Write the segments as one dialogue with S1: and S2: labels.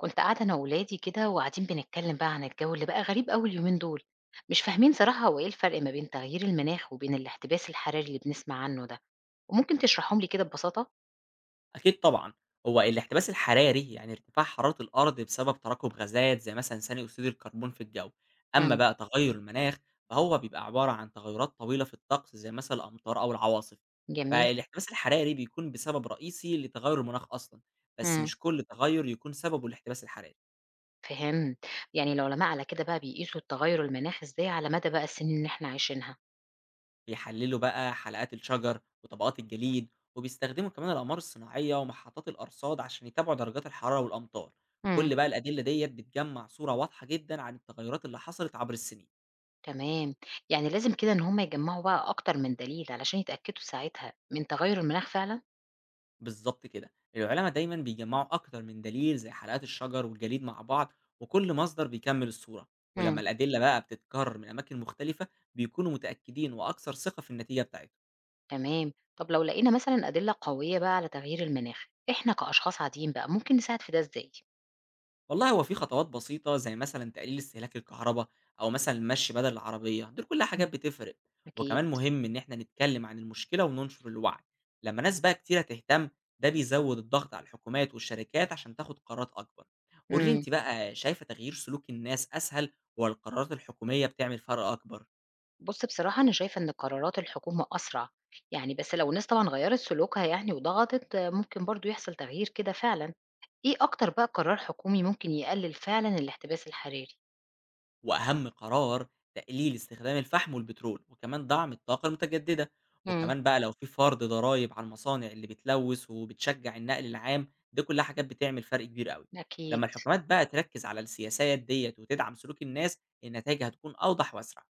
S1: كنت قاعدة أنا وولادي كده وقاعدين بنتكلم بقى عن الجو اللي بقى غريب أوي اليومين دول. مش فاهمين صراحة هو إيه الفرق ما بين تغيير المناخ وبين الاحتباس الحراري اللي بنسمع عنه ده. وممكن تشرحهم لي كده ببساطة؟
S2: أكيد طبعًا، هو الاحتباس الحراري يعني ارتفاع حرارة الأرض بسبب تراكم غازات زي مثلًا ثاني أكسيد الكربون في الجو، أما
S1: امم.
S2: بقى تغير المناخ فهو بيبقى عبارة عن تغيرات طويلة في الطقس زي مثلًا الأمطار أو العواصف،
S1: جميل.
S2: فالاحتباس الحراري بيكون بسبب رئيسي لتغير المناخ أصلًا، بس
S1: امم.
S2: مش كل تغير يكون سببه الاحتباس الحراري.
S1: فهمت. يعني العلماء على كده بقى بيقيسوا التغير المناخ إزاي على مدى بقى السنين اللي إحنا عايشينها.
S2: بيحللوا بقى حلقات الشجر وطبقات الجليد وبيستخدموا كمان الأقمار الصناعية ومحطات الأرصاد عشان يتابعوا درجات الحرارة والأمطار.
S1: امم.
S2: كل بقى الأدلة ديت بتجمع صورة واضحة جدا عن التغيرات اللي حصلت عبر السنين.
S1: تمام. يعني لازم كده إن هم يجمعوا بقى أكتر من دليل علشان يتأكدوا ساعتها من تغير المناخ فعلا؟
S2: بالظبط كده العلماء دايما بيجمعوا أكتر من دليل زي حلقات الشجر والجليد مع بعض، وكل مصدر بيكمل الصورة، ولما الأدلة بقى بتتكرر من أماكن مختلفة بيكونوا متأكدين وأكثر ثقة في النتيجة بتاعتهم.
S1: تمام. طب لو لقينا مثلا أدلة قوية بقى على تغيير المناخ، احنا كأشخاص عاديين بقى ممكن نساعد في ده ازاي؟
S2: والله هو في خطوات بسيطة زي مثلا تقليل استهلاك الكهرباء أو مثلا المشي بدل العربية، دول كلها
S1: مم.
S2: حاجات بتفرق.
S1: أكيد.
S2: وكمان مهم إن إحنا نتكلم عن المشكلة وننشر الوعي، لما ناس بقى كتيرة تهتم ده بيزود الضغط على الحكومات والشركات عشان تاخد قرارات أكبر. قولي
S1: امم.
S2: أنت بقى، شايفة تغيير سلوك الناس أسهل ولا القرارات الحكومية بتعمل فرق أكبر؟
S1: بص، بصراحة أنا شايفة إن قرارات الحكومة أسرع. يعني بس لو الناس طبعا غيرت سلوكها يعني وضغطت، ممكن برضو يحصل تغيير كده فعلا. إيه أكتر بقى قرار حكومي ممكن يقلل فعلا الاحتباس الحراري؟
S2: وأهم قرار تقليل استخدام الفحم والبترول، وكمان دعم الطاقة المتجددة،
S1: امم.
S2: وكمان بقى لو في فرض ضرايب على المصانع اللي بتلوث وبتشجع النقل العام، دي كلها حاجات بتعمل فرق كبير قوي. لما
S1: أكيد.
S2: الحكومات بقى تركز على السياسات ديت وتدعم سلوك الناس، النتائج هتكون أوضح وأسرع.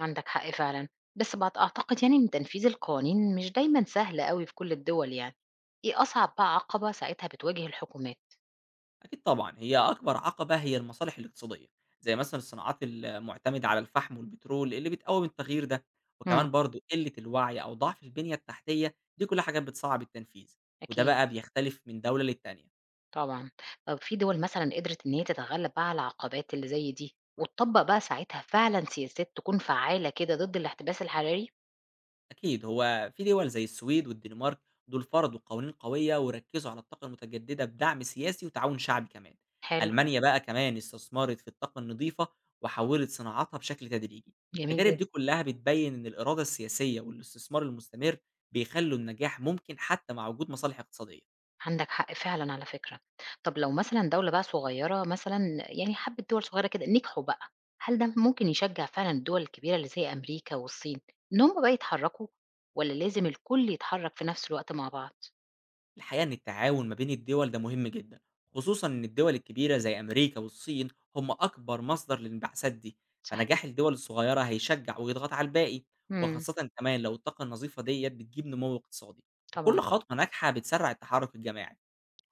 S1: عندك حق فعلا. بس بعد أعتقد يعني إن تنفيذ القوانين مش دايما سهل قوي في كل الدول يعني. إيه أصعب بقى عقبة ساعتها بتواجه الحكومات؟
S2: أكيد طبعًا، هي أكبر عقبة هي المصالح الاقتصادية، زي مثلًا الصناعات المعتمدة على الفحم والبترول اللي بتقاوم التغيير ده، وكمان برضه قلة الوعي أو ضعف البنية التحتية، دي كلها حاجات بتصعّب التنفيذ، وده
S1: أكيد
S2: بقى بيختلف من دولة للتانية.
S1: طبعًا. طب في دول مثلًا قدرت إن هي تتغلب بقى على العقبات اللي زي دي، وتطبّق بقى ساعتها فعلًا سياسات تكون فعّالة كده ضد الاحتباس الحراري؟
S2: أكيد هو في دول زي السويد والدنمارك، دول فرضوا قوانين قوية وركزوا على الطاقة المتجددة بدعم سياسي وتعاون شعبي كمان.
S1: حلو.
S2: ألمانيا بقى كمان استثمرت في الطاقة النظيفة وحولت صناعاتها بشكل تدريجي.
S1: جميل
S2: التجارب
S1: جدًا.
S2: دي كلها بتبين إن الإرادة السياسية والاستثمار المستمر بيخلوا النجاح ممكن حتى مع وجود مصالح اقتصادية.
S1: عندك حق فعلًا على فكرة. طب لو مثلًا دولة بقى صغيرة مثلًا، يعني حبة دول صغيرة كده نجحوا بقى، هل ده ممكن يشجع فعلًا الدول الكبيرة اللي زي أمريكا والصين إن هم بقى يتحركوا، والّا لازم الكل يتحرك في نفس الوقت مع بعض؟
S2: الحقيقة إن التعاون ما بين الدول ده مهم جدا، خصوصا إن الدول الكبيرة زي أمريكا والصين هم أكبر مصدر للانبعاثات دي،
S1: صحيح.
S2: فنجاح الدول الصغيرة هيشجع ويضغط على الباقي،
S1: إمم.
S2: وخاصة كمان لو الطاقة النظيفة ديت بتجيب نمو اقتصادي، وكل
S1: طبعًا.
S2: خطوة ناجحة بتسرع التحرك الجماعي.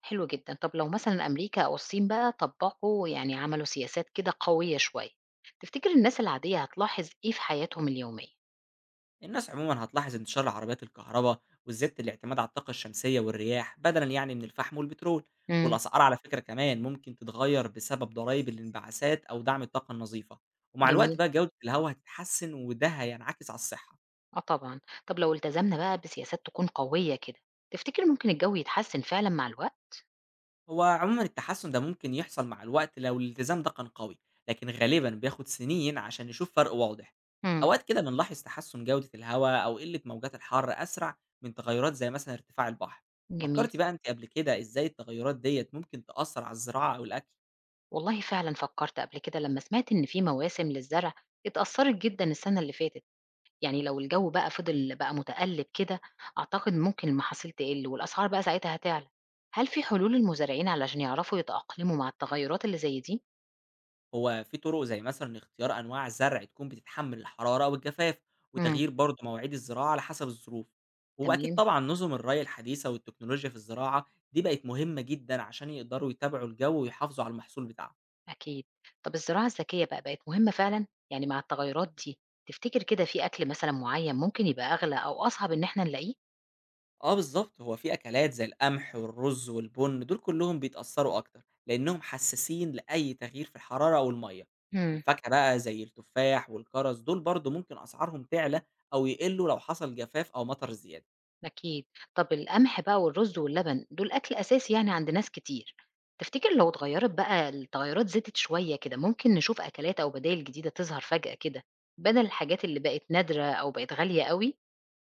S1: حلو جدًا. طب لو مثلًا أمريكا أو الصين بقى طبّقوا، يعني عملوا سياسات كده قوية شوية، تفتكر الناس العادية هتلاحظ إيه في حياتهم اليومية؟
S2: الناس عموما هتلاحظ انتشار عربيات الكهرباء وزيادة الاعتماد على الطاقة الشمسية والرياح بدلا يعني من الفحم والبترول.
S1: إمم.
S2: والأسعار على فكرة كمان ممكن تتغير بسبب ضرائب الانبعاثات أو دعم الطاقة النظيفة، ومع الوقت
S1: جميل.
S2: بقى جودة الهواء هتتحسن وده هينعكس على الصحة.
S1: آه طبعًا. طب لو التزمنا بقى بسياسات تكون قوية كده، تفتكر ممكن الجو يتحسن فعلًا مع الوقت؟
S2: هو عمومًا التحسّن ده ممكن يحصل مع الوقت لو الالتزام ده كان قوي، لكن غالبًا بياخد سنين عشان نشوف فرق واضح.
S1: إمم.
S2: أوقات كده بنلاحظ تحسّن جودة الهوا أو قلة موجات الحر أسرع من تغيرات زي مثلًا ارتفاع البحر.
S1: جميل.
S2: فكرتِ بقى أنتِ قبل كده إزاي التغيرات ديّة ممكن تأثّر على الزراعة أو الأكل؟
S1: والله فعلًا فكّرت قبل كده لمّا سمعت إن في مواسم للزرع اتأثّرت جدًا السنة اللي فاتت. يعني لو الجو بقى فضل بقى متقلب كده، أعتقد ممكن المحاصيل تقل والأسعار بقى ساعتها هتعلى. هل في حلول للمزارعين علشان يعرفوا يتأقلموا مع التغيرات اللي زي دي؟
S2: هو في طرق زي مثلًا اختيار أنواع زرع تكون بتتحمل الحرارة والجفاف،
S1: امم.
S2: وتغيير برضه مواعيد الزراعة على حسب الظروف، وأكيد
S1: تمام.
S2: طبعًا نظم الري الحديثة والتكنولوجيا في الزراعة دي بقت مهمة جدًا عشان يقدروا يتابعوا الجو ويحافظوا على المحصول بتاعهم.
S1: أكيد. طب الزراعة الذكية بقى بقت مهمة فعلا؟ يعني مع التغيرات دي تفتكر كده في أكل مثلا معين ممكن يبقى أغلى أو أصعب إن احنا نلاقيه؟
S2: آه بالضبط، هو في أكلات زي القمح والرز والبُن دول كلهم بيتأثروا أكتر، لأنهم حساسين لأي تغيير في الحرارة أو المَيّة.
S1: امم.
S2: الفاكهة بقى زي التفاح والكرز دول برضه ممكن أسعارهم تعلى أو يقلوا لو حصل جفاف أو مطر زيادة.
S1: أكيد. طب القمح بقى والرز واللبن دول أكل أساسي يعني عند ناس كتير، تفتكر لو اتغيرت بقى التغيرات زادت شوية كده ممكن نشوف أكلات أو بدائل جديدة تظهر فجأة كده بدل الحاجات اللي بقت نادرة أو بقت غالية قوي؟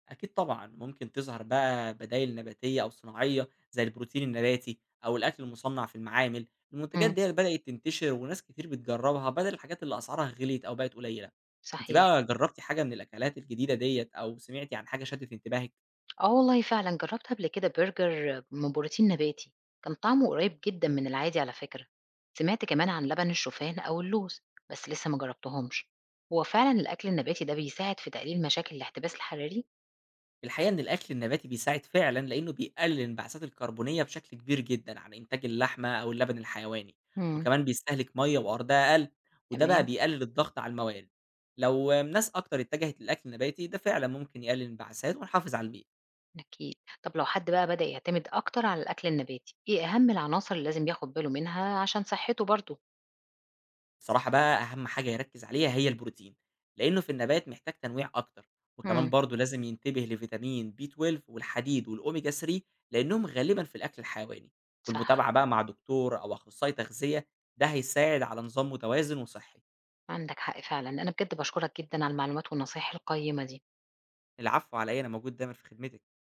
S2: أكيد طبعًا، ممكن تظهر بقى بدايل نباتية أو صناعية زي البروتين النباتي أو الأكل المصنّع في المعامل، المنتجات
S1: امم.
S2: ديّة بدأت تنتشر وناس كتير بتجرّبها بدل الحاجات اللي أسعارها غليت أو بقت قليلة. أنتِ صح.
S1: صحيح.
S2: بقى جرّبتِ حاجة من الأكلات الجديدة ديّة أو سمعتِ عن حاجة شدِّت انتباهِك؟
S1: اه والله فعلا جربت قبل كده برجر من بروتين نباتي. كان طعمه قريب جدا من العادي على فكرة. سمعت كمان عن لبن الشوفان أو اللوز، بس لسه ما جربتهمش. هو فعلا الأكل النباتي ده بيساعد في تقليل مشاكل الاحتباس الحراري؟
S2: الحقيقة إن الأكل النباتي بيساعد فعلًا لإنه بيقلل الانبعاثات الكربونية بشكل كبير جدًا عن إنتاج اللحمة أو اللبن الحيواني،
S1: امم.
S2: وكمان بيستهلك مَيّة وأرضية أقل، وده بقى
S1: تمام.
S2: بيقلل الضغط على الموارد. لو ناس أكتر اتجهت للأكل النباتي ده فعلًا ممكن يقلل الانبعاثات ونحافظ على البيئة.
S1: أكيد. طب لو حد بقى بدأ يعتمد أكتر على الأكل النباتي، إيه أهم العناصر اللي لازم ياخد باله منها عشان صحته برضه؟
S2: بصراحة بقى أهم حاجة يركّز عليها هي البروتين، لإنه في النبات محتاج تنويع أكتر، وكمان
S1: مم.
S2: برضه لازم ينتبه لفيتامين B12 والحديد والأوميجا 3 لإنهم غالبًا في الأكل الحيواني،
S1: صح.
S2: والمتابعة بقى مع دكتور أو أخصائي تغذية ده هيساعد على نظام متوازن وصحي.
S1: عندك حق فعلًا. أنا بجد باشكرك جدًا على المعلومات والنصايح القيمة دي.
S2: العفو على إيه، أنا موجود دايمًا في خدمتك.